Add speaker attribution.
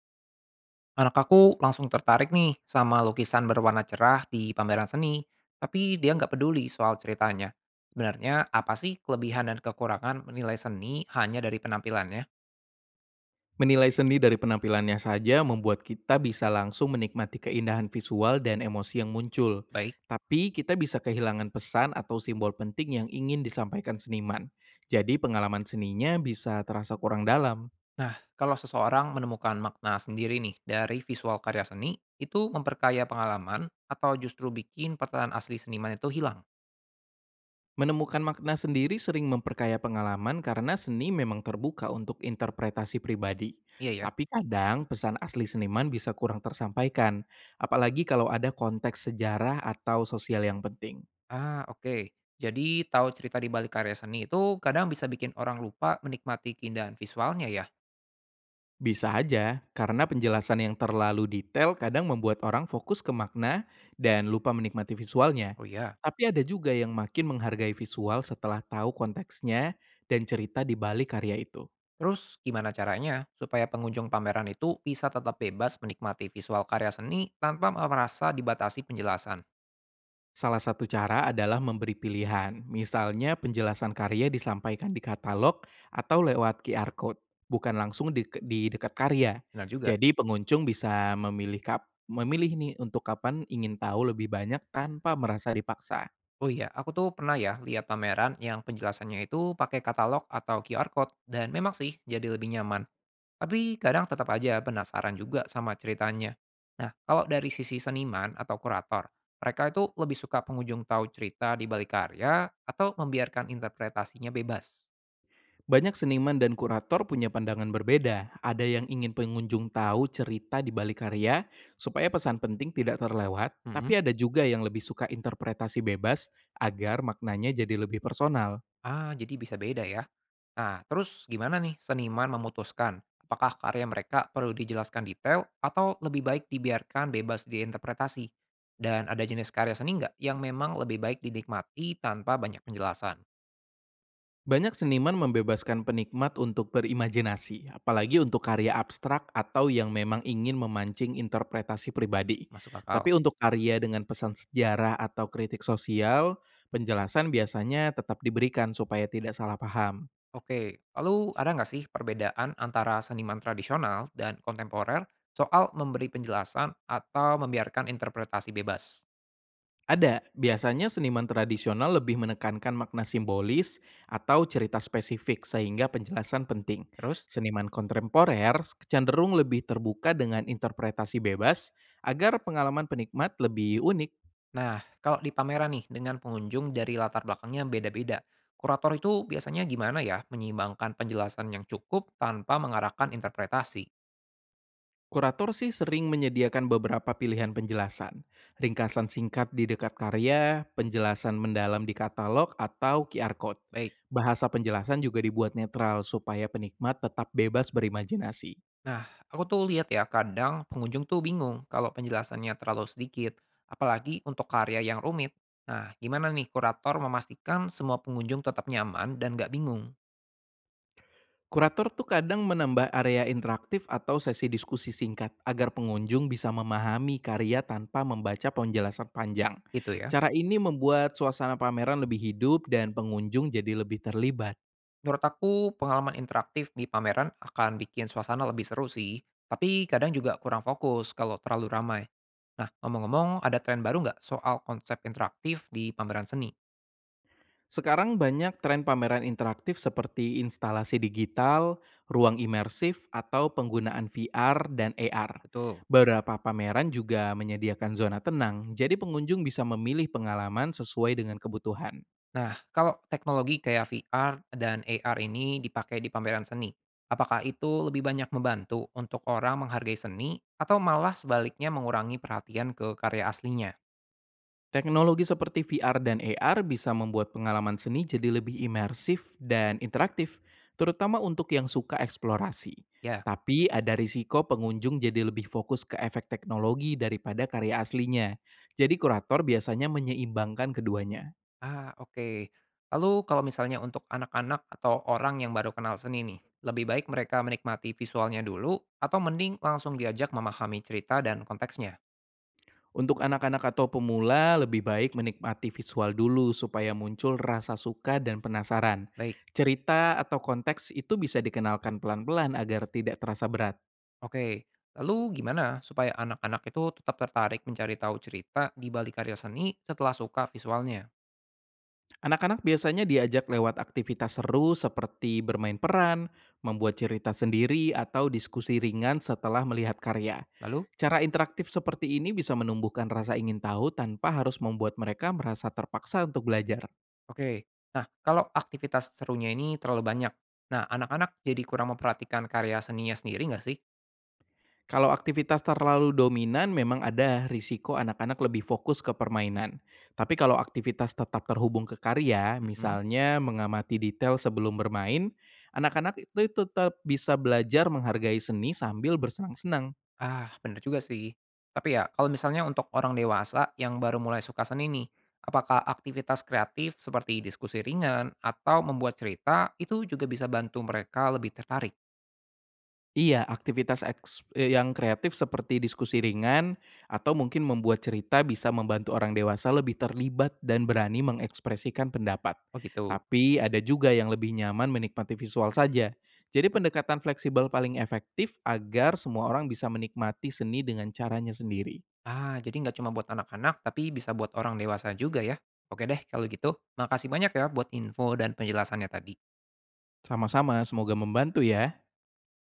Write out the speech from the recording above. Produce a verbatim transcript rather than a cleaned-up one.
Speaker 1: Anak aku langsung tertarik nih sama lukisan berwarna cerah di pameran seni, tapi dia nggak peduli soal ceritanya. Sebenarnya apa sih kelebihan dan kekurangan menilai seni hanya dari penampilannya?
Speaker 2: Menilai seni dari penampilannya saja membuat kita bisa langsung menikmati keindahan visual dan emosi yang muncul.
Speaker 1: Baik.
Speaker 2: Tapi kita bisa kehilangan pesan atau simbol penting yang ingin disampaikan seniman. Jadi pengalaman seninya bisa terasa kurang dalam.
Speaker 1: Nah, kalau seseorang menemukan makna sendiri nih dari visual karya seni, itu memperkaya pengalaman atau justru bikin perasaan asli seniman itu hilang?
Speaker 2: Menemukan makna sendiri sering memperkaya pengalaman karena seni memang terbuka untuk interpretasi pribadi.
Speaker 1: Iya, ya.
Speaker 2: Tapi kadang pesan asli seniman bisa kurang tersampaikan, apalagi kalau ada konteks sejarah atau sosial yang penting.
Speaker 1: Ah, oke. Jadi tahu cerita di balik karya seni itu kadang bisa bikin orang lupa menikmati keindahan visualnya, ya.
Speaker 2: Bisa aja, karena penjelasan yang terlalu detail kadang membuat orang fokus ke makna dan lupa menikmati visualnya.
Speaker 1: Oh ya.
Speaker 2: Tapi ada juga yang makin menghargai visual setelah tahu konteksnya dan cerita di balik karya itu.
Speaker 1: Terus gimana caranya supaya pengunjung pameran itu bisa tetap bebas menikmati visual karya seni tanpa merasa dibatasi penjelasan?
Speaker 2: Salah satu cara adalah memberi pilihan, misalnya penjelasan karya disampaikan di katalog atau lewat Q R code, bukan langsung di, di dekat karya.
Speaker 1: Benar juga.
Speaker 2: Jadi pengunjung bisa memilih kap, memilih nih untuk kapan ingin tahu lebih banyak tanpa merasa dipaksa.
Speaker 1: Oh iya, aku tuh pernah ya lihat pameran yang penjelasannya itu pakai katalog atau Q R code, dan memang sih jadi lebih nyaman. Tapi kadang tetap aja penasaran juga sama ceritanya. Nah, kalau dari sisi seniman atau kurator, mereka itu lebih suka pengunjung tahu cerita di balik karya atau membiarkan interpretasinya bebas.
Speaker 2: Banyak seniman dan kurator punya pandangan berbeda. Ada yang ingin pengunjung tahu cerita di balik karya supaya pesan penting tidak terlewat,
Speaker 1: Mhm.
Speaker 2: tapi ada juga yang lebih suka interpretasi bebas agar maknanya jadi lebih personal.
Speaker 1: Ah, jadi bisa beda ya. Nah, terus gimana nih seniman memutuskan apakah karya mereka perlu dijelaskan detail atau lebih baik dibiarkan bebas diinterpretasi? Dan ada jenis karya seni nggak yang memang lebih baik dinikmati tanpa banyak penjelasan?
Speaker 2: Banyak seniman membebaskan penikmat untuk berimajinasi, apalagi untuk karya abstrak atau yang memang ingin memancing interpretasi pribadi.
Speaker 1: Masuk akal.
Speaker 2: Tapi untuk karya dengan pesan sejarah atau kritik sosial, penjelasan biasanya tetap diberikan supaya tidak salah paham.
Speaker 1: Oke, lalu ada nggak sih perbedaan antara seniman tradisional dan kontemporer soal memberi penjelasan atau membiarkan interpretasi bebas?
Speaker 2: Ada, biasanya seniman tradisional lebih menekankan makna simbolis atau cerita spesifik sehingga penjelasan penting.
Speaker 1: Terus?
Speaker 2: Seniman kontemporer cenderung lebih terbuka dengan interpretasi bebas agar pengalaman penikmat lebih unik.
Speaker 1: Nah, kalau di pameran nih dengan pengunjung dari latar belakangnya beda-beda, kurator itu biasanya gimana ya menyeimbangkan penjelasan yang cukup tanpa mengarahkan interpretasi?
Speaker 2: Kurator sih sering menyediakan beberapa pilihan penjelasan. Ringkasan singkat di dekat karya, penjelasan mendalam di katalog atau Q R code.
Speaker 1: Baik.
Speaker 2: Bahasa penjelasan juga dibuat netral supaya penikmat tetap bebas berimajinasi.
Speaker 1: Nah, aku tuh lihat ya kadang pengunjung tuh bingung kalau penjelasannya terlalu sedikit, apalagi untuk karya yang rumit. Nah, gimana nih kurator memastikan semua pengunjung tetap nyaman dan nggak bingung?
Speaker 2: Kurator tuh kadang menambah area interaktif atau sesi diskusi singkat agar pengunjung bisa memahami karya tanpa membaca penjelasan panjang.
Speaker 1: Gitu ya.
Speaker 2: Cara ini membuat suasana pameran lebih hidup dan pengunjung jadi lebih terlibat.
Speaker 1: Menurut aku, pengalaman interaktif di pameran akan bikin suasana lebih seru sih, tapi kadang juga kurang fokus kalau terlalu ramai. Nah, ngomong-ngomong, ada tren baru nggak soal konsep interaktif di pameran seni?
Speaker 2: Sekarang banyak tren pameran interaktif seperti instalasi digital, ruang imersif, atau penggunaan V R dan A R.
Speaker 1: Betul.
Speaker 2: Beberapa pameran juga menyediakan zona tenang, jadi pengunjung bisa memilih pengalaman sesuai dengan kebutuhan.
Speaker 1: Nah, kalau teknologi kayak V R dan A R ini dipakai di pameran seni, apakah itu lebih banyak membantu untuk orang menghargai seni atau malah sebaliknya mengurangi perhatian ke karya aslinya?
Speaker 2: Teknologi seperti V R dan A R bisa membuat pengalaman seni jadi lebih imersif dan interaktif, terutama untuk yang suka eksplorasi.
Speaker 1: Ya,
Speaker 2: Tapi ada risiko pengunjung jadi lebih fokus ke efek teknologi daripada karya aslinya. Jadi kurator biasanya menyeimbangkan keduanya.
Speaker 1: ah, oke. Lalu kalau misalnya untuk anak-anak atau orang yang baru kenal seni nih, lebih baik mereka menikmati visualnya dulu atau mending langsung diajak memahami cerita dan konteksnya?
Speaker 2: Untuk anak-anak atau pemula, lebih baik menikmati visual dulu supaya muncul rasa suka dan penasaran.
Speaker 1: Baik.
Speaker 2: Cerita atau konteks itu bisa dikenalkan pelan-pelan agar tidak terasa berat.
Speaker 1: Oke, lalu gimana supaya anak-anak itu tetap tertarik mencari tahu cerita di balik karya seni setelah suka visualnya?
Speaker 2: Anak-anak biasanya diajak lewat aktivitas seru seperti bermain peran, membuat cerita sendiri, atau diskusi ringan setelah melihat karya.
Speaker 1: Lalu,
Speaker 2: Cara interaktif seperti ini bisa menumbuhkan rasa ingin tahu tanpa harus membuat mereka merasa terpaksa untuk belajar.
Speaker 1: oke. Nah, kalau aktivitas serunya ini terlalu banyak, nah anak-anak jadi kurang memperhatikan karya seninya sendiri nggak sih?
Speaker 2: Kalau aktivitas terlalu dominan memang ada risiko anak-anak lebih fokus ke permainan. Tapi kalau aktivitas tetap terhubung ke karya,
Speaker 1: Mm-mm.
Speaker 2: misalnya mengamati detail sebelum bermain, anak-anak itu tetap bisa belajar menghargai seni sambil bersenang-senang.
Speaker 1: Ah, bener juga sih. Tapi ya, kalau misalnya untuk orang dewasa yang baru mulai suka seni nih, apakah aktivitas kreatif seperti diskusi ringan atau membuat cerita itu juga bisa bantu mereka lebih tertarik?
Speaker 2: Iya, aktivitas eks eee, yang kreatif seperti diskusi ringan atau mungkin membuat cerita bisa membantu orang dewasa lebih terlibat dan berani mengekspresikan pendapat.
Speaker 1: Oh gitu.
Speaker 2: Tapi ada juga yang lebih nyaman menikmati visual saja. Jadi pendekatan fleksibel paling efektif agar semua orang bisa menikmati seni dengan caranya sendiri.
Speaker 1: Ah, jadi nggak cuma buat anak-anak, tapi bisa buat orang dewasa juga ya? Oke deh, kalau gitu, makasih banyak ya buat info dan penjelasannya tadi.
Speaker 2: Sama-sama, semoga membantu ya.